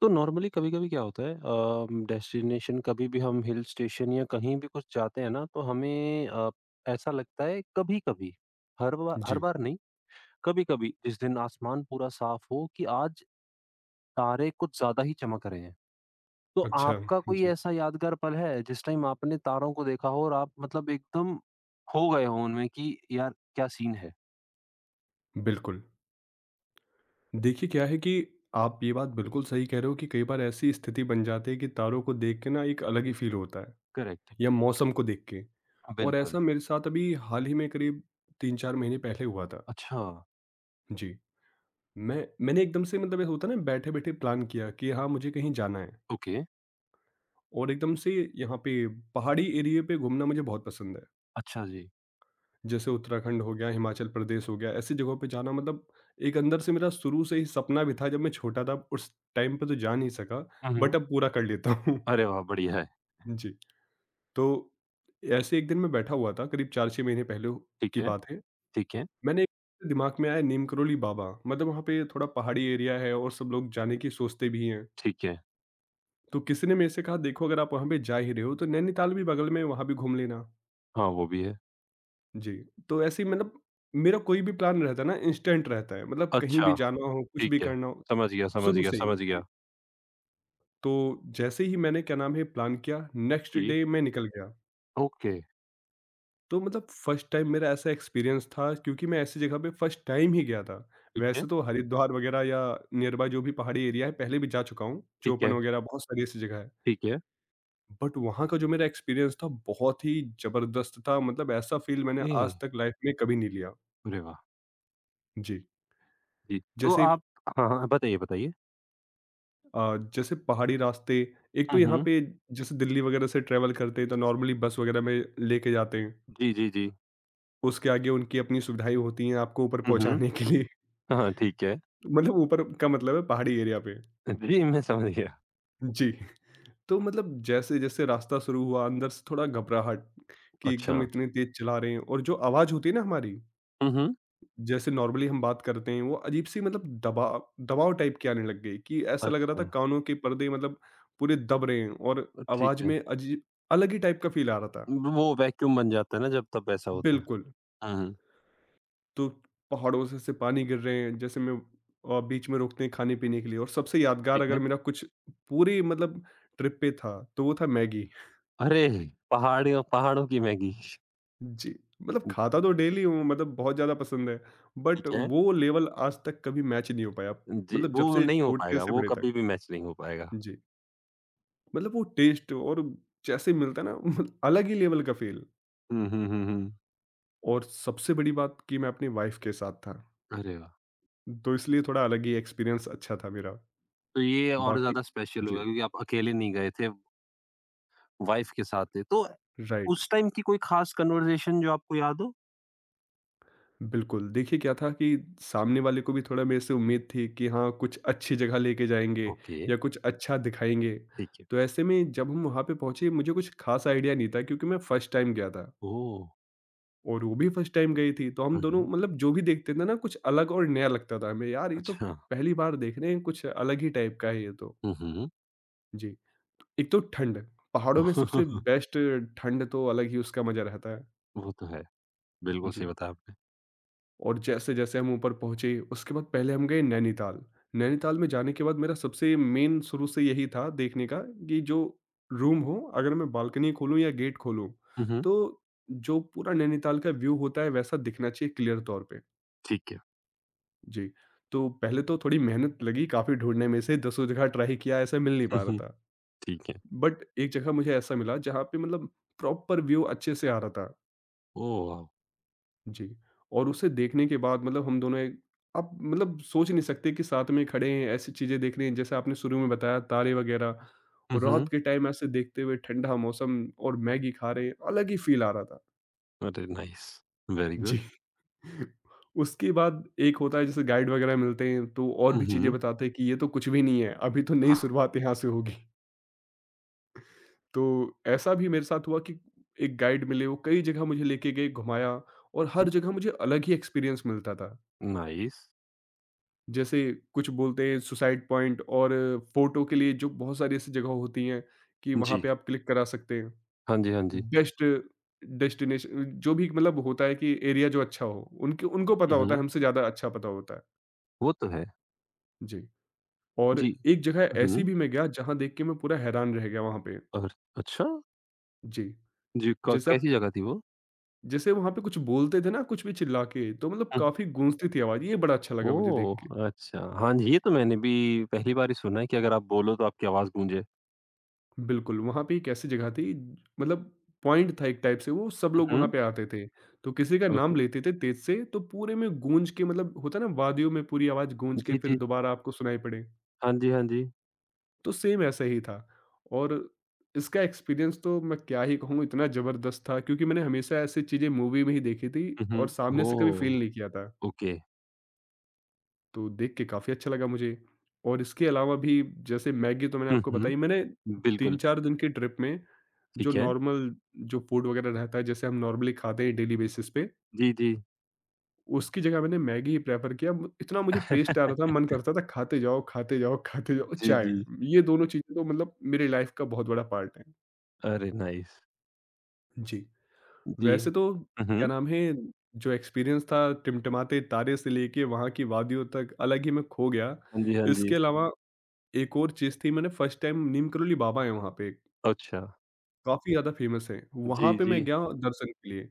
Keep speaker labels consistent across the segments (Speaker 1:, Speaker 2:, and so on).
Speaker 1: तो नॉर्मली कभी-कभी क्या होता है डेस्टिनेशन कभी भी हम हिल स्टेशन या कहीं भी कुछ जाते हैं ना तो हमें ऐसा लगता है कभी-कभी हर
Speaker 2: जी,
Speaker 1: बार नहीं कभी-कभी जिस दिन आसमान पूरा साफ हो कि आज तारे कुछ ज्यादा ही चमक रहे हैं। तो
Speaker 2: अच्छा,
Speaker 1: आपका कोई
Speaker 2: जी,
Speaker 1: ऐसा यादगार पल है जिस टाइम आपने तारों को देखा हो और आप मतलब एकदम खो गए हो उनमें कि यार क्या सीन है?
Speaker 2: बिल्कुल। देखिए क्या है कि आप ये बात बिल्कुल सही कह रहे हो कि कई बार ऐसी स्थिति बन जाती है कि तारों को देख के ना एक अलग ही फ़ील होता है
Speaker 1: करेक्ट।
Speaker 2: या मौसम को देख के। और
Speaker 1: बिल्कुल।
Speaker 2: ऐसा मेरे साथ अभी हाल ही में करीब 3-4 महीने पहले हुआ था।
Speaker 1: अच्छा,
Speaker 2: जी, मैंने एकदम से मतलब ऐसा होता है ना बैठे-बैठे प्लान किया कि हाँ, मुझे कहीं जाना है
Speaker 1: ओके।
Speaker 2: और एकदम से यहाँ पे पहाड़ी एरिया पे घूमना मुझे बहुत पसंद है।
Speaker 1: अच्छा जी।
Speaker 2: जैसे उत्तराखंड हो गया, हिमाचल प्रदेश हो गया, ऐसी जगहों पे जाना मतलब एक अंदर से मेरा शुरू से ही सपना भी था। जब मैं छोटा था, उस टाइम पे तो जा नहीं सका,
Speaker 1: हुँ,
Speaker 2: बट
Speaker 1: हुँ।
Speaker 2: अब पूरा कर लेता हूँ।
Speaker 1: अरे वाह! बढ़िया है।
Speaker 2: जी, तो ऐसे एक दिन मैं बैठा हुआ था, करीब 4-6 महीने पहले की
Speaker 1: ठीक है,
Speaker 2: बात है।
Speaker 1: ठीक है,
Speaker 2: मैंने एक दिमाग में आया नीम करोली बाबा, मतलब वहाँ पे थोड़ा पहाड़ी एरिया है और सब लोग जाने की सोचते भी हैं।
Speaker 1: ठीक है।
Speaker 2: तो किसी ने मेरे से कहा देखो अगर आप वहाँ पे जा ही रहे हो तो नैनीताल भी बगल में है, वहाँ भी घूम लेना।
Speaker 1: हाँ, वो भी है।
Speaker 2: जी, तो ऐसे ही मतलब मेरा कोई भी प्लान रहता है ना इंस्टेंट रहता है, मतलब कहीं भी
Speaker 1: अच्छा,
Speaker 2: जाना हो, कुछ
Speaker 1: ठीक
Speaker 2: भी
Speaker 1: है।
Speaker 2: करना हो,
Speaker 1: समझ गया, समझ
Speaker 2: शुरू
Speaker 1: गया,
Speaker 2: से ही।
Speaker 1: समझ गया।
Speaker 2: जी, तो जैसे ही मैंने क्या नाम है प्लान किया, नेक्स्ट
Speaker 1: जी,
Speaker 2: डे मैं निकल गया।
Speaker 1: ओके,
Speaker 2: तो मतलब फर्स्ट टाइम मेरा ऐसा एक्सपीरियंस था क्योंकि मैं ऐसी जगह पे फर्स्ट टाइम ही गया था।
Speaker 1: ठीक है,
Speaker 2: वैसे तो हरिद्वार वगैरह या नियर बाय जो भी पहाड़ी एरिया है पहले भी जा चुका हूँ,
Speaker 1: ठीक है,
Speaker 2: चोपन वगैरह बहुत सारी ऐसी जगह है।
Speaker 1: ठीक है।
Speaker 2: बट वहाँ का जो मेरा एक्सपीरियंस था बहुत ही ज़बरदस्त था, मतलब ऐसा फ़ील मैंने
Speaker 1: ए,
Speaker 2: आज तक लाइफ़ में कभी नहीं लिया।
Speaker 1: अरे वाह!
Speaker 2: जी,
Speaker 1: जी, तो
Speaker 2: जैसे ही
Speaker 1: आप हाँ, हाँ, बताइए, बताइए।
Speaker 2: जैसे पहाड़ी रास्ते एक तो
Speaker 1: हुँ,
Speaker 2: यहाँ
Speaker 1: हुँ।
Speaker 2: पे जैसे दिल्ली वगैरह से ट्रैवल करते हैं तो नॉर्मली बस वगैरह में लेके जाते हैं।
Speaker 1: जी, जी, जी।
Speaker 2: उसके आगे उनकी अपनी सुविधाएँ होती हैं आपको ऊपर
Speaker 1: हुँ, हुँ।
Speaker 2: पहुँचाने के लिए।
Speaker 1: हाँ, हाँ, ठीक है।
Speaker 2: मतलब ऊपर का मतलब है पहाड़ी एरिया पे।
Speaker 1: जी, मैं समझ गया।
Speaker 2: जी, तो मतलब जैसे-जैसे रास्ता शुरू हुआ अंदर से थोड़ा घबराहट कि
Speaker 1: अच्छा।
Speaker 2: एकदम इतनी तेज़ चला रहे हैं और जो आवाज़ होती है ना हमारी
Speaker 1: हुँ, हुँ।
Speaker 2: जैसे नॉर्मली हम बात करते हैं वो अजीब-सी मतलब दबाव दबाव टाइप की आने लग गई कि ऐसा लग रहा
Speaker 1: अच्छा,
Speaker 2: था कानों के पर्दे मतलब पूरे दब रहे हैं और
Speaker 1: अ, ठीक
Speaker 2: आवाज़
Speaker 1: है।
Speaker 2: में अजीब अलग ही टाइप का फ़ील आ रहा था।
Speaker 1: वो वैक्यूम बन जाता है ना जब तब वैसा होता है।
Speaker 2: बिल्कुल,
Speaker 1: हुँ, हुँ,
Speaker 2: तो पहाड़ों से पानी गिर रहे हैं जैसे मैं बीच में रोकते हैं खाने-पीने के लिए। और सबसे यादगार
Speaker 1: ठीक
Speaker 2: अगर
Speaker 1: है।
Speaker 2: मेरा कुछ पूरी मतलब ट्रिप पे था तो वो था मैगी।
Speaker 1: अरे! पहाड़ियों पहाड़ों की मैगी।
Speaker 2: जी, मतलब खाता तो डेली हूँ मतलब बहुत ज़्यादा पसंद है बट
Speaker 1: ठीक है।
Speaker 2: वो लेवल आज तक कभी मैच नहीं हो पाया
Speaker 1: जी,
Speaker 2: मतलब जब
Speaker 1: वो
Speaker 2: से
Speaker 1: नहीं हो
Speaker 2: छोटे
Speaker 1: पाएगा,
Speaker 2: से
Speaker 1: वो
Speaker 2: बड़े तक।
Speaker 1: कभी भी मैच नहीं हो पाएगा।
Speaker 2: जी। मतलब वो टेस्ट और जैसे मिलता है ना मतलब अलग ही लेवल का फील।
Speaker 1: हुँ, हुँ, हुँ, हुँ।
Speaker 2: और सबसे बड़ी बात कि मैं अपनी वाइफ के साथ था
Speaker 1: अरे वाह!
Speaker 2: तो इसलिए थोड़ा अलग ही एक्सपीरियंस अच्छा था मेरा
Speaker 1: तो ये और
Speaker 2: बाकी।
Speaker 1: ज़्यादा स्पेशल होगा
Speaker 2: जी,
Speaker 1: क्योंकि आप अकेले नहीं गए थे, वाइफ़ के साथ थे। तो
Speaker 2: राइट,
Speaker 1: उस टाइम की कोई ख़ास कन्वर्सेशन जो आपको याद हो?
Speaker 2: बिल्कुल। देखिए क्या था कि सामने वाले को भी थोड़ा मेरे से उम्मीद थी कि हाँ कुछ अच्छी जगह लेके जाएंगे
Speaker 1: ओके,
Speaker 2: या कुछ अच्छा दिखाएंगे।
Speaker 1: ठीक है।
Speaker 2: तो ऐसे में जब हम वहाँ पे पहुँचे मुझे कुछ खास आइडिया नहीं था क्योंकि मैं फर्स्ट टाइम गया था
Speaker 1: ओह!
Speaker 2: और वो भी फर्स्ट टाइम गई थी, तो हम
Speaker 1: हुँ,
Speaker 2: दोनों
Speaker 1: हुँ।
Speaker 2: मतलब जो भी देखते थे ना कुछ अलग और नया लगता था हमें, यार ये तो
Speaker 1: अच्छा।
Speaker 2: पहली बार देख रहे हैं, कुछ अलग ही टाइप का है ये तो।
Speaker 1: हुँ, हुँ।
Speaker 2: जी, एक तो ठंड, पहाड़ों में सबसे बेस्ट ठंड तो अलग ही उसका मज़ा रहता है।
Speaker 1: वो तो है। बिल्कुल सही
Speaker 2: जी,
Speaker 1: बताया आपने।
Speaker 2: और जैसे-जैसे हम ऊपर पहुँचे, उसके बाद पहले हम गए नैनीताल। नैनीताल में जाने के बाद मेरा सबसे मेन शुरू से यही था देखने का कि जो रूम हो, अगर मैं बालकनी खोलूँ या गेट खोलूँ,
Speaker 1: हुँ, हुँ।
Speaker 2: तो जो पूरा नैनीताल का व्यू होता है वैसा दिखना चाहिए क्लियर तौर पे।
Speaker 1: ठीक है।
Speaker 2: जी, तो पहले तो थोड़ी मेहनत लगी काफ़ी ढूँढने में से, दसों जगह ट्राई किया ऐसा मिल नहीं
Speaker 1: हुँ,
Speaker 2: पा रहा
Speaker 1: हुँ।
Speaker 2: था।
Speaker 1: ठीक है।
Speaker 2: बट एक जगह मुझे ऐसा मिला जहाँ पे मतलब प्रॉपर व्यू अच्छे से आ रहा था।
Speaker 1: Oh wow!
Speaker 2: जी, और उसे देखने के बाद मतलब हम दोनों एक आप मतलब सोच नहीं सकते कि साथ में खड़े हैं, ऐसी चीज़ें देख रहे हैं जैसे आपने शुरू में बताया तारे वगैरह
Speaker 1: हुँ,
Speaker 2: और रात
Speaker 1: हुँ।
Speaker 2: के टाइम ऐसे देखते हुए ठंडा मौसम और मैगी खा रहे हैं, अलग ही फ़ील आ रहा था।
Speaker 1: अरे नाइस! वेरी
Speaker 2: जी।
Speaker 1: गुड।
Speaker 2: उसके बाद एक होता है जैसे गाइड वगैरह मिलते हैं तो और
Speaker 1: हुँ,
Speaker 2: भी चीज़ें
Speaker 1: हुँ।
Speaker 2: बताते हैं कि ये तो कुछ भी नहीं है, अभी तो नई
Speaker 1: हाँ,
Speaker 2: शुरुआत यहाँ से होगी। तो ऐसा भी मेरे साथ हुआ कि एक गाइड मिले, वो कई जगह मुझे लेके गए, घुमाया और
Speaker 1: हुँ।
Speaker 2: हर जगह मुझे अलग ही एक्सपीरियंस मिलता था।
Speaker 1: नाइस।
Speaker 2: जैसे कुछ बोलते हैं सुसाइड पॉइंट और फ़ोटो के लिए जो बहुत सारी ऐसी जगह होती हैं कि वहाँ
Speaker 1: जी।
Speaker 2: पे आप क्लिक करा सकते हैं।
Speaker 1: हाँ जी, हाँ जी।
Speaker 2: बेस्ट डेस्टिनेशन जो भी मतलब होता है कि एरिया जो अच्छा हो, उनके उनको
Speaker 1: हुँ,
Speaker 2: पता होता है,
Speaker 1: हुँ।
Speaker 2: हमसे ज़्यादा अच्छा पता होता है।
Speaker 1: वो तो है।
Speaker 2: जी। और
Speaker 1: जी।
Speaker 2: एक जगह
Speaker 1: हुँ,
Speaker 2: ऐसी
Speaker 1: हुँ।
Speaker 2: भी मैं गया जहाँ देख के मैं पूरा हैरान रह गया वहाँ पे।
Speaker 1: और अच्छा!
Speaker 2: जी,
Speaker 1: जी, क
Speaker 2: जैसे आप
Speaker 1: कैसी जगह थी वो?
Speaker 2: जैसे वहाँ पे कुछ बोलते थे ना कुछ भी चिल्ला के, तो मतलब काफ़ी गूँजती थी आवाज़, ये बड़ा अच्छा लगा मुझे देख
Speaker 1: ओह!
Speaker 2: के।
Speaker 1: अच्छा, हाँ जी, ये तो मैंने भी पहली बार ही सुना है कि अगर आप बोलो तो आपकी आवाज़ गूँजे।
Speaker 2: बिल्कुल, वहाँ पे एक ऐसी जगह थी मतलब पॉइंट था एक टाइप से वो, सब
Speaker 1: हुँ,
Speaker 2: लोग वहाँ
Speaker 1: हुँ,
Speaker 2: पे आते थे। तो किसी का
Speaker 1: ओके।
Speaker 2: नाम लेते थे तेज़ से, तो पूरे में गूँज के मतलब होता है ना वादियों में पूरी आवाज़ गूँज के
Speaker 1: जी,
Speaker 2: फिर
Speaker 1: जी।
Speaker 2: दोबारा आपको सुनाई पड़े।
Speaker 1: हाँ जी, हाँ जी।
Speaker 2: तो सेम ऐसा ही था और इसका एक्सपीरियंस तो मैं क्या ही कहूँ इतना ज़बरदस्त था क्योंकि मैंने हमेशा ऐसी चीज़ें मूवी में ही देखी थी
Speaker 1: हुँ, हुँ।
Speaker 2: और सामने से कभी
Speaker 1: ओह!
Speaker 2: फील नहीं किया था
Speaker 1: ओके।
Speaker 2: तो देख के काफ़ी अच्छा लगा मुझे। और इसके अलावा भी जैसे मैगी तो मैंने
Speaker 1: हुँ,
Speaker 2: आपको
Speaker 1: हुँ,
Speaker 2: बताई मैंने तीन
Speaker 1: बिल्कुल,
Speaker 2: चार दिन की ट्रिप में जो
Speaker 1: ठीक है।
Speaker 2: नॉर्मल जो फूड वगैरह रहता है जैसे हम नॉर्मली खाते हैं डेली बेसिस पे
Speaker 1: जी, जी।
Speaker 2: उसकी जगह मैंने मैगी ही प्रेफर किया इतना मुझे टेस्ट आ रहा था मन करता था खाते जाओ खाते जाओ खाते जाओ
Speaker 1: जी,
Speaker 2: चाय
Speaker 1: जी।
Speaker 2: ये दोनों चीज़ें तो मतलब मेरी लाइफ का बहुत बड़ा पार्ट है।
Speaker 1: अरे नाइस!
Speaker 2: जी,
Speaker 1: जी।
Speaker 2: वैसे तो
Speaker 1: हुँ,
Speaker 2: क्या
Speaker 1: हुँ।
Speaker 2: नाम है, जो एक्सपीरियंस था टिमटिमाते तारे से लेके वहाँ की वादियों तक अलग ही मैं खो गया।
Speaker 1: हाँ जी, हाँ जी।
Speaker 2: इसके अलावा एक और चीज़ थी मैंने फर्स्ट टाइम नीम करोली बाबा हैं वहाँ पे,
Speaker 1: अच्छा।
Speaker 2: काफ़ी ज़्यादा फेमस हैं। वहाँ
Speaker 1: जी,
Speaker 2: पे मैं
Speaker 1: जी।
Speaker 2: गया दर्शन के लिए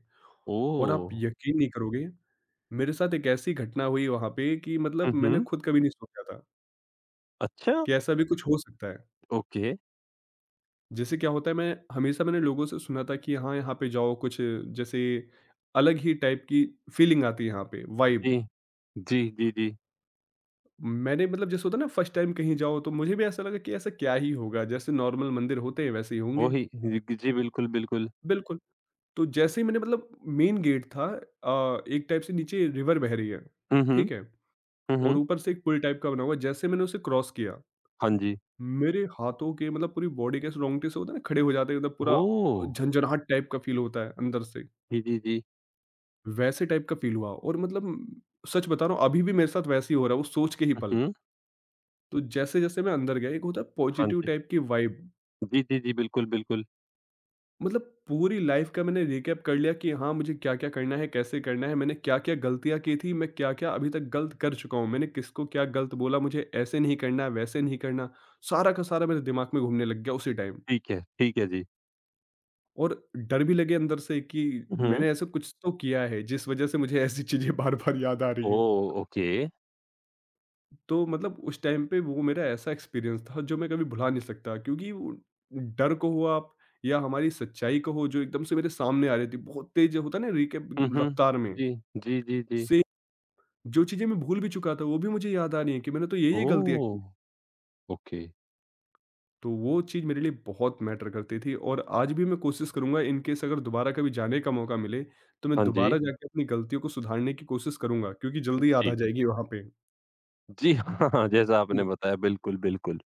Speaker 2: और आप
Speaker 1: ओह!
Speaker 2: यकीन नहीं करोगे, मेरे साथ एक ऐसी घटना हुई वहाँ पे कि
Speaker 1: हुँ,
Speaker 2: मतलब मैंने
Speaker 1: हुँ।
Speaker 2: खुद कभी नहीं सोचा था
Speaker 1: अच्छा!
Speaker 2: कि ऐसा भी कुछ हो सकता है।
Speaker 1: ओके।
Speaker 2: जैसे क्या होता है मैं हमेशा मैंने लोगों से सुना था कि हाँ, यहाँ पे जाओ कुछ जैसे अलग ही टाइप की फीलिंग आती है यहाँ पे,
Speaker 1: जी।
Speaker 2: वाइब।
Speaker 1: जी, जी, जी।
Speaker 2: मैंने मतलब जैसे होता है ना फर्स्ट टाइम कहीं जाओ तो मुझे भी ऐसा लगा कि ऐसा क्या ही होगा जैसे नॉर्मल मंदिर होते हैं वैसे ही होंगे।
Speaker 1: वही जी, जी, बिल्कुल, बिल्कुल।
Speaker 2: बिल्कुल, तो जैसे ही मैंने मतलब मेन गेट था एक टाइप से नीचे रिवर बह रही है,
Speaker 1: हुँ, हुँ।
Speaker 2: ठीक है,
Speaker 1: हुँ,
Speaker 2: और
Speaker 1: हुँ।
Speaker 2: ऊपर से एक पुल टाइप का बना हुआ है। जैसे मैंने उसे क्रॉस किया
Speaker 1: हाँ जी।
Speaker 2: मेरे हाथों के मतलब पूरी बॉडी के रोंगटे से होता है ना खड़े हो जाते हैं मतलब पूरा
Speaker 1: ओह!
Speaker 2: झंझनाहट टाइप का फील होता है अंदर से
Speaker 1: जी, जी, जी।
Speaker 2: वैसे टाइप का फील हुआ। और मतलब सच बता रहा हूँ अभी भी मेरे साथ वैसे ही हो रहा है वो सोच के ही
Speaker 1: हुँ,
Speaker 2: पल।
Speaker 1: हुँ।
Speaker 2: तो जैसे जैसे मैं अंदर गया एक होता है
Speaker 1: हाँ
Speaker 2: पॉजिटिव
Speaker 1: जी।
Speaker 2: टाइप की वाइब,
Speaker 1: जी, जी, जी, बिल्कुल, बिल्कुल।
Speaker 2: मतलब पूरी लाइफ का मैंने रिकैप कर लिया कि हाँ मुझे क्या क्या करना है कैसे करना है मैंने क्या क्या गलतियाँ की थी मैं क्या क्या अभी तक गलत कर चुका हूँ मैंने किसको क्या गलत बोला मुझे ऐसे नहीं करना है, वैसे नहीं करना। सारा का सारा मेरे दिमाग में घूमने लग गया उसी टाइम।
Speaker 1: ठीक है जी।
Speaker 2: और डर भी लगे अंदर से कि
Speaker 1: हुँ।
Speaker 2: मैंने ऐसा कुछ तो किया है जिस वजह से मुझे ऐसी चीजें बार बार याद आ रही हैं।
Speaker 1: ओह! ओके।
Speaker 2: तो मतलब उस टाइम पे वो मेरा ऐसा एक्सपीरियंस था जो मैं कभी भुला नहीं सकता क्योंकि वो डर को हो आप या हमारी सच्चाई को हो जो एकदम से मेरे सामने आ रही थी बहुत तेज होता है ना रीके
Speaker 1: हुँ,
Speaker 2: एकदम
Speaker 1: हुँ।
Speaker 2: रफ्तार में
Speaker 1: जी, जी, जी, जी।
Speaker 2: से जो चीजें मैं भूल भी चुका था वो भी मुझे याद आ रही है कि मैंने तो ये गलतियां
Speaker 1: ओह!
Speaker 2: की।
Speaker 1: ओके।
Speaker 2: तो वो चीज मेरे लिए बहुत मैटर करती थी और आज भी मैं कोशिश करूंगा इन केस अगर दोबारा कभी जाने का मौका मिले तो मैं
Speaker 1: हाँ जी।
Speaker 2: दोबारा जाके अपनी गलतियों को सुधारने की कोशिश करूंगा क्योंकि जल्दी याद
Speaker 1: जी।
Speaker 2: आ जाएगी वहां पे।
Speaker 1: जी, हाँ, हाँ, जैसा आपने बताया बिल्कुल, बिल्कुल।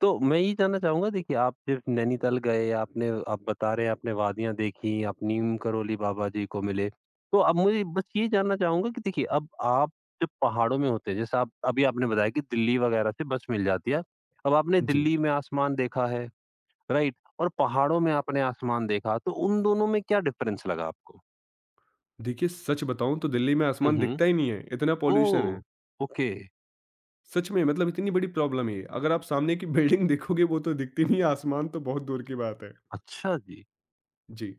Speaker 1: तो मैं ये जानना चाहूँगा देखिए आप जब नैनीताल गए आपने आप बता रहे हैं आपने वादियाँ देखी, आप नीम करोली बाबा जी को मिले। तो अब मुझे बस ये जानना चाहूँगा कि देखिए अब आप जब पहाड़ों में होते हैं जैसे आप अभी आपने बताया कि दिल्ली वग़ैरह से बस मिल जाती है। अब आपने
Speaker 2: जी,
Speaker 1: दिल्ली में आसमान देखा है, राइट? और पहाड़ों में आपने आसमान देखा तो उन दोनों में क्या डिफ़रेंस लगा आपको?
Speaker 2: देखिए, सच बताऊँ तो दिल्ली में
Speaker 1: हुँ,
Speaker 2: आसमान
Speaker 1: हुँ।
Speaker 2: दिखता ही नहीं है, इतना पॉल्यूशन है।
Speaker 1: ओह! ओके।
Speaker 2: सच में मतलब इतनी बड़ी प्रॉब्लम है ये। अगर आप सामने की बिल्डिंग देखोगे वो तो दिखती नहीं है, आसमान तो बहुत दूर की बात है।
Speaker 1: अच्छा जी।
Speaker 2: जी।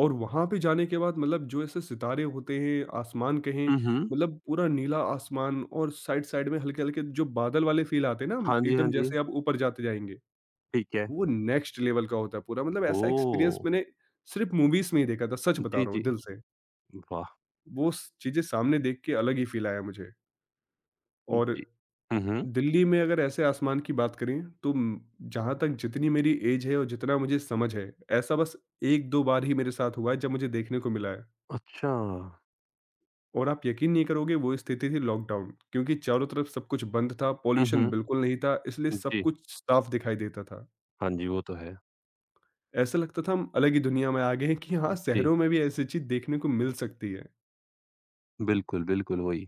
Speaker 2: और वहाँ पे जाने के बाद मतलब जो ऐसे सितारे होते हैं, आसमान कहें
Speaker 1: हुँ, हुँ।
Speaker 2: मतलब पूरा नीला आसमान और साइड-साइड में हल्के-हल्के जो बादल वाले फ़ील आते हैं ना,
Speaker 1: हाँ जी, हाँ
Speaker 2: एकदम
Speaker 1: जी।
Speaker 2: जैसे आप ऊपर जाते जाएँगे,
Speaker 1: ठीक है।
Speaker 2: वो नेक्स्ट लेवल का होता है पूरा। मतलब ऐसा
Speaker 1: ओह!
Speaker 2: एक्सपीरियंस मैंने सिर्फ़ मूवीज़ में ही देखा था, सच बता
Speaker 1: जी,
Speaker 2: रहा
Speaker 1: जी।
Speaker 2: हूँ दिल से।
Speaker 1: वाह!
Speaker 2: वो स चीज़ें सामने देख के अलग ही फ़ील आया मुझे। और
Speaker 1: जी। हुँ, हुँ।
Speaker 2: दिल्ली में अगर ऐसे आसमान की बात करें तो जहाँ तक जितनी मेरी एज है और जितना मुझे समझ है, ऐसा बस एक दो बार ही मेरे साथ हुआ है जब मुझे देखने को मिला है।
Speaker 1: अच्छा।
Speaker 2: और आप यकीन नहीं करोगे, वो स्थिति थी लॉकडाउन, क्योंकि चारों तरफ सब कुछ बंद था,
Speaker 1: हुँ,
Speaker 2: पॉल्यूशन
Speaker 1: हुँ।
Speaker 2: बिल्कुल नहीं था, इसलिए सब
Speaker 1: जी।
Speaker 2: कुछ साफ दिखाई देता था।
Speaker 1: हाँ जी, वो तो है।
Speaker 2: ऐसा लगता था हम अलग ही दुनिया में आ गए हैं कि हाँ,
Speaker 1: जी,
Speaker 2: शहरों में भी ऐसी चीज देखने को मिल सकती है।
Speaker 1: बिल्कुल, बिल्कुल वही।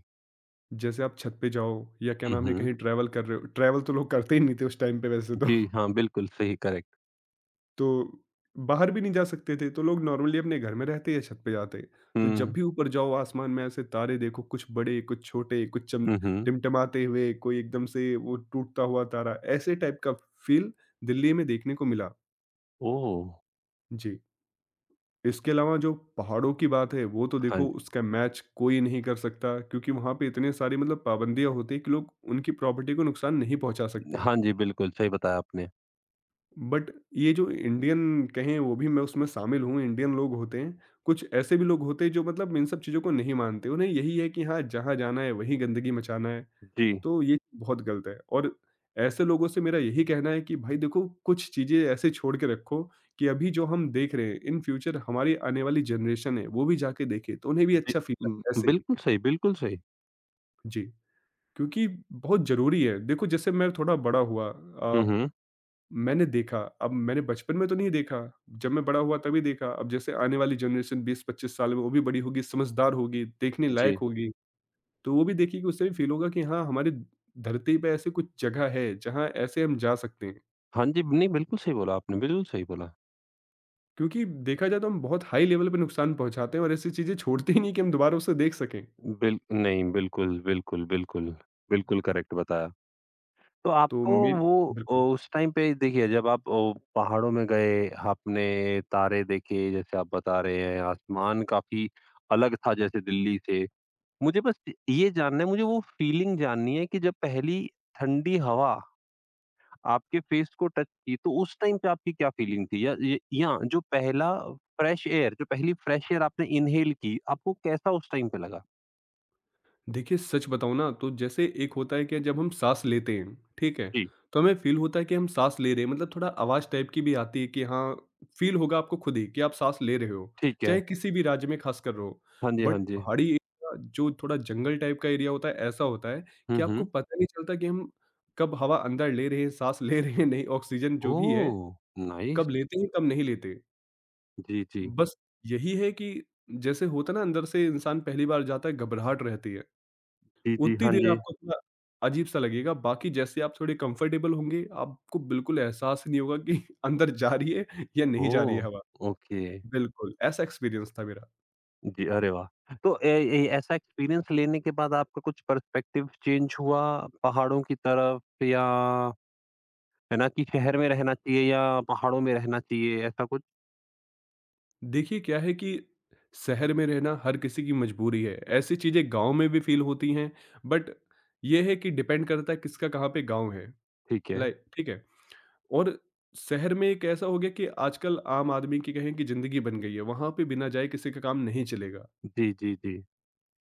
Speaker 2: जैसे आप छत पे जाओ या क्या
Speaker 1: हुँ,
Speaker 2: नाम है,
Speaker 1: हुँ।
Speaker 2: कहीं ट्रैवल कर रहे हो, ट्रैवल तो लोग करते ही नहीं थे उस टाइम पे वैसे तो
Speaker 1: जी, हाँ, बिल्कुल सही करेक्ट।
Speaker 2: तो बाहर भी नहीं जा सकते थे, तो लोग नॉर्मली अपने घर में रहते या छत पे जाते। तो जब
Speaker 1: हुँ,
Speaker 2: भी ऊपर जाओ आसमान में ऐसे तारे देखो, कुछ बड़े, कुछ छोटे, कुछ चम
Speaker 1: हुँ, हुँ।
Speaker 2: टिमटिमाते हुए, कोई एकदम से वो टूटता हुआ तारा, ऐसे टाइप का फ़ील दिल्ली में देखने को मिला।
Speaker 1: ओह!
Speaker 2: जी। इसके अलावा जो पहाड़ों की बात है, वो तो
Speaker 1: हाँ,
Speaker 2: देखो उसका मैच कोई नहीं कर सकता, क्योंकि वहाँ पे इतने सारे मतलब पाबंदियाँ होती हैं कि लोग उनकी प्रॉपर्टी को नुकसान नहीं पहुँचा सकते।
Speaker 1: हाँ जी, बिल्कुल सही बताया आपने।
Speaker 2: बट ये जो इंडियन कहें, वो भी मैं उसमें शामिल हूँ, इंडियन लोग होते हैं, कुछ ऐसे भी लोग होते हैं जो मतलब इन सब चीज़ों को नहीं मानते। उन्हें यही है कि हाँ, जहाँ जाना है वहीं गंदगी मचाना है,
Speaker 1: जी,
Speaker 2: तो ये बहुत गलत है। और ऐसे लोगों से मेरा यही कहना है कि भाई देखो, कुछ चीज़ें ऐसे छोड़ के रखो कि अभी जो हम देख रहे हैं, इन फ्यूचर हमारी आने वाली जनरेशन है, वो भी जाके देखे तो उन्हें भी
Speaker 1: जी,
Speaker 2: अच्छा फील आए ऐसे ही।
Speaker 1: बिल्कुल सही, बिल्कुल सही।
Speaker 2: जी, क्योंकि बहुत ज़रूरी है। देखो, जैसे मैं थोड़ा बड़ा हुआ
Speaker 1: हुँ, हुँ।
Speaker 2: मैंने देखा, अब मैंने बचपन में तो नहीं देखा, जब मैं बड़ा हुआ तभी देखा। अब जैसे आने वाली जनरेशन 20-25 साल में वो भी बड़ी होगी, समझदार होगी, देखने
Speaker 1: जी।
Speaker 2: लायक होगी, तो वो भी देखेगी, उससे भी फ़ील होगा कि हाँ, हमारी धरती पे ऐसी कुछ जगह है, जहाँ ऐसे हम जा सकते हैं।
Speaker 1: हाँ जी, नहीं बिल्कुल सही बोला आपने, बिल्कुल सही बोला।
Speaker 2: क्योंकि देखा जाए तो हम बहुत हाई लेवल पे नुकसान पहुँचाते हैं और ऐसी चीज़ें छोड़ते ही नहीं कि हम दोबारा उसे देख सकें।
Speaker 1: बिल नहीं, बिल्कुल, बिल्कुल, बिल्कुल, बिल्कुल करेक्ट बताया। तो
Speaker 2: तो
Speaker 1: आपको
Speaker 2: मेरी
Speaker 1: वो
Speaker 2: बिल्कुल।
Speaker 1: उस टाइम पे देखिए जब आप पहाड़ों में गए, आपने तारे देखे जैसे आप बता रहे हैं, आसमान काफ़ी अलग था जैसे दिल्ली से। मुझे बस ये जानना है मुझे वो फ़ीलिंग जाननी है कि जब पहली ठंडी हवा आपके फ़ेस को टच की तो उस टाइम पे आपकी क्या फ़ीलिंग थी? या जो पहला फ्रेश एयर जो पहली फ्रेश एयर आपने इन्हेल की, आपको कैसा उस टाइम पे लगा?
Speaker 2: देखिए, सच बताऊँ ना तो जैसे एक होता है कि जब हम सांस लेते हैं, ठीक है?
Speaker 1: जी,
Speaker 2: तो हमें फ़ील होता है कि हम सांस ले रहे हैं, मतलब थोड़ा आवाज़ टाइप की भी आती है कि हाँ, फ़ील होगा आपको खुद ही कि आप सांस ले रहे हो,
Speaker 1: ठीक है।
Speaker 2: चाहे किसी भी राज्य में खासकर रहो।
Speaker 1: हाँ जी, हाँ
Speaker 2: बट
Speaker 1: जी।
Speaker 2: पहाड़ी एरिया, जो थोड़ा जंगल टाइप का एरिया होता है, ऐसा होता है
Speaker 1: हुँ,
Speaker 2: कि आपको
Speaker 1: हुँ।
Speaker 2: पता नहीं चलता कि हम कब हवा अंदर ले रहे हैं, सांस ले रहे हैं नहीं, ऑक्सीजन जो भी है,
Speaker 1: ओह! नाइस।
Speaker 2: कब लेते हैं, कब नहीं लेते।
Speaker 1: जी, जी।
Speaker 2: बस यही है कि जैसे होता है ना, अंदर से इंसान पहली बार जाता है, घबराहट रहती है।
Speaker 1: जी, जी।
Speaker 2: उतनी
Speaker 1: हाँ
Speaker 2: देर
Speaker 1: जी।
Speaker 2: आपको थोड़ा अजीब-सा लगेगा, बाकी जैसे आप थोड़े कंफर्टेबल होंगे, आपको बिल्कुल एहसास ही नहीं होगा कि अंदर जा रही है या नहीं जा
Speaker 1: ओह!
Speaker 2: रही है हवा।
Speaker 1: ओके।
Speaker 2: बिल्कुल, ऐसा एक्सपीरियंस था मेरा।
Speaker 1: जी, अरे वाह! तो ए ए ऐसा एक्सपीरियंस लेने के बाद आपका कुछ पर्सपेक्टिव चेंज हुआ पहाड़ों की तरफ या है ना कि शहर में रहना चाहिए या पहाड़ों में रहना चाहिए ऐसा कुछ?
Speaker 2: देखिए, क्या है कि शहर में रहना हर किसी की मजबूरी है, ऐसी चीज़ें गाँव में भी फ़ील होती हैं, बट ये है कि डिपेंड करता है किसका कहाँ पे गाँव है,
Speaker 1: ठीक है।
Speaker 2: लाइक, ठीक है? और शहर में एक ऐसा हो गया कि आजकल आम आदमी की कहें कि ज़िंदगी बन गई है, वहाँ पे बिना जाए किसी का काम नहीं चलेगा।
Speaker 1: जी, जी, जी।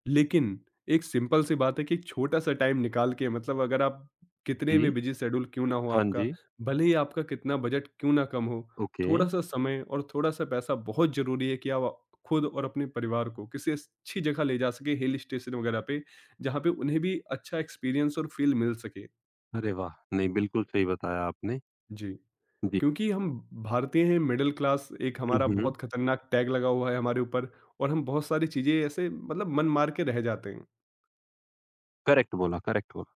Speaker 2: लेकिन एक सिंपल सी बात है कि एक छोटा-सा टाइम निकाल के, मतलब अगर आप, कितने भी
Speaker 1: जी।
Speaker 2: बिज़ी शेड्यूल क्यों ना हो
Speaker 1: हाँ
Speaker 2: आपका,
Speaker 1: जी।
Speaker 2: भले ही आपका कितना बजट क्यों ना कम हो,
Speaker 1: ओके।
Speaker 2: थोड़ा-सा समय और थोड़ा-सा पैसा बहुत ज़रूरी है कि आप खुद और अपने परिवार को किसी अच्छी जगह ले जा सकें, हिल स्टेशन वगैरह पे, जहाँ पे उन्हें भी अच्छा एक्सपीरियंस और फ़ील मिल सके।
Speaker 1: अरे वाह! नहीं बिल्कुल सही बताया आपने।
Speaker 2: जी,
Speaker 1: जी।
Speaker 2: क्योंकि हम भारतीय हैं, मिडल क्लास एक
Speaker 1: हुँ,
Speaker 2: हमारा
Speaker 1: हुँ।
Speaker 2: बहुत खतरनाक टैग लगा हुआ है हमारे ऊपर, और हम बहुत सारी चीज़ें ऐसे मतलब मन मार के रह जाते हैं।
Speaker 1: करेक्ट बोला, करेक्ट बोला।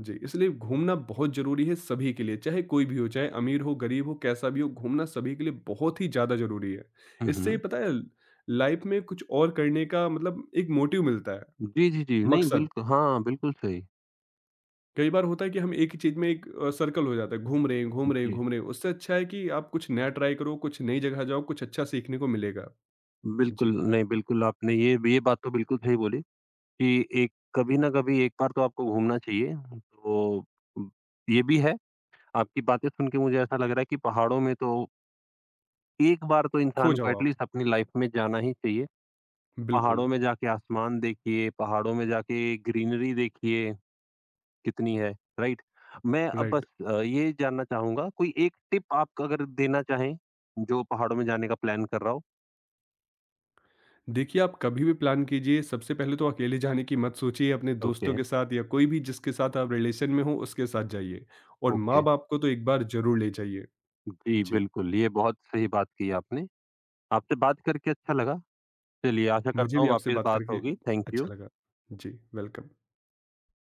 Speaker 2: जी, इसलिए घूमना बहुत ज़रूरी है सभी के लिए, चाहे कोई भी हो, चाहे अमीर हो, गरीब हो, कैसा भी हो, घूमना सभी के लिए बहुत ही ज़्यादा ज़रूरी है।
Speaker 1: हुँ,
Speaker 2: इससे ये
Speaker 1: हुँ।
Speaker 2: पता है, लाइफ में कुछ और करने का मतलब एक मोटिव मिलता है,
Speaker 1: जी, जी, जी। नहीं
Speaker 2: मकसद।
Speaker 1: बिल्क हाँ, बिल्कुल सही।
Speaker 2: कई बार होता है कि हम एक ही चीज़ में, एक सर्कल हो जाता है, घूम रहे हैं, घूम रहे हैं,
Speaker 1: जी।
Speaker 2: घूम रहे हैं। उससे अच्छा है कि आप कुछ नया ट्राई करो, कुछ नई जगह जाओ, कुछ अच्छा सीखने को मिलेगा।
Speaker 1: बिल्कुल,
Speaker 2: जी,
Speaker 1: नहीं बिल्कुल आपने ये बात तो बिल्कुल सही बोली। कि एक कभी ना कभी एक बार तो आपको घूमना चाहिए। तो उम, ये भी है, आपकी बातें सुन के मुझे ऐसा लग रहा है कि पहाड़ों में तो एक बार तो
Speaker 2: खो
Speaker 1: इंसान को
Speaker 2: जाओ आप।
Speaker 1: एटलीस्ट अपनी लाइफ़ में जाना ही चाहिए। पहाड़ों
Speaker 2: बिल्कुल,
Speaker 1: में जाके आसमान देखिए, पहाड़ों में जाके ग्रीनरी देखिए कितनी है, राइट? मैं अब बस
Speaker 2: राइट।
Speaker 1: अ, ये जानना चाहूँगा कोई एक टिप आप अगर देना चाहें, जो पहाड़ों में जाने का प्लान कर रहा हो?
Speaker 2: देखिए, आप कभी भी प्लान कीजिए, सबसे पहले तो अकेले जाने की मत सोचिए, अपने
Speaker 1: ओके,
Speaker 2: दोस्तों के साथ या कोई भी जिसके साथ आप रिलेशन में हो, उसके साथ जाइए और
Speaker 1: ओके।
Speaker 2: माँ-बाप को तो एक बार ज़रूर ले जाइए।
Speaker 1: जी,
Speaker 2: जी,
Speaker 1: बिल्कुल, ये बहुत सही बात की आपने। आपसे बात करके अच्छा लगा। चलिए, आशा
Speaker 2: मुझे
Speaker 1: करता
Speaker 2: भी
Speaker 1: हूँ
Speaker 2: आपसे
Speaker 1: वापस
Speaker 2: बात
Speaker 1: बात
Speaker 2: करके
Speaker 1: होगी। Thank you.
Speaker 2: अच्छा लगा। जी, वेलकम।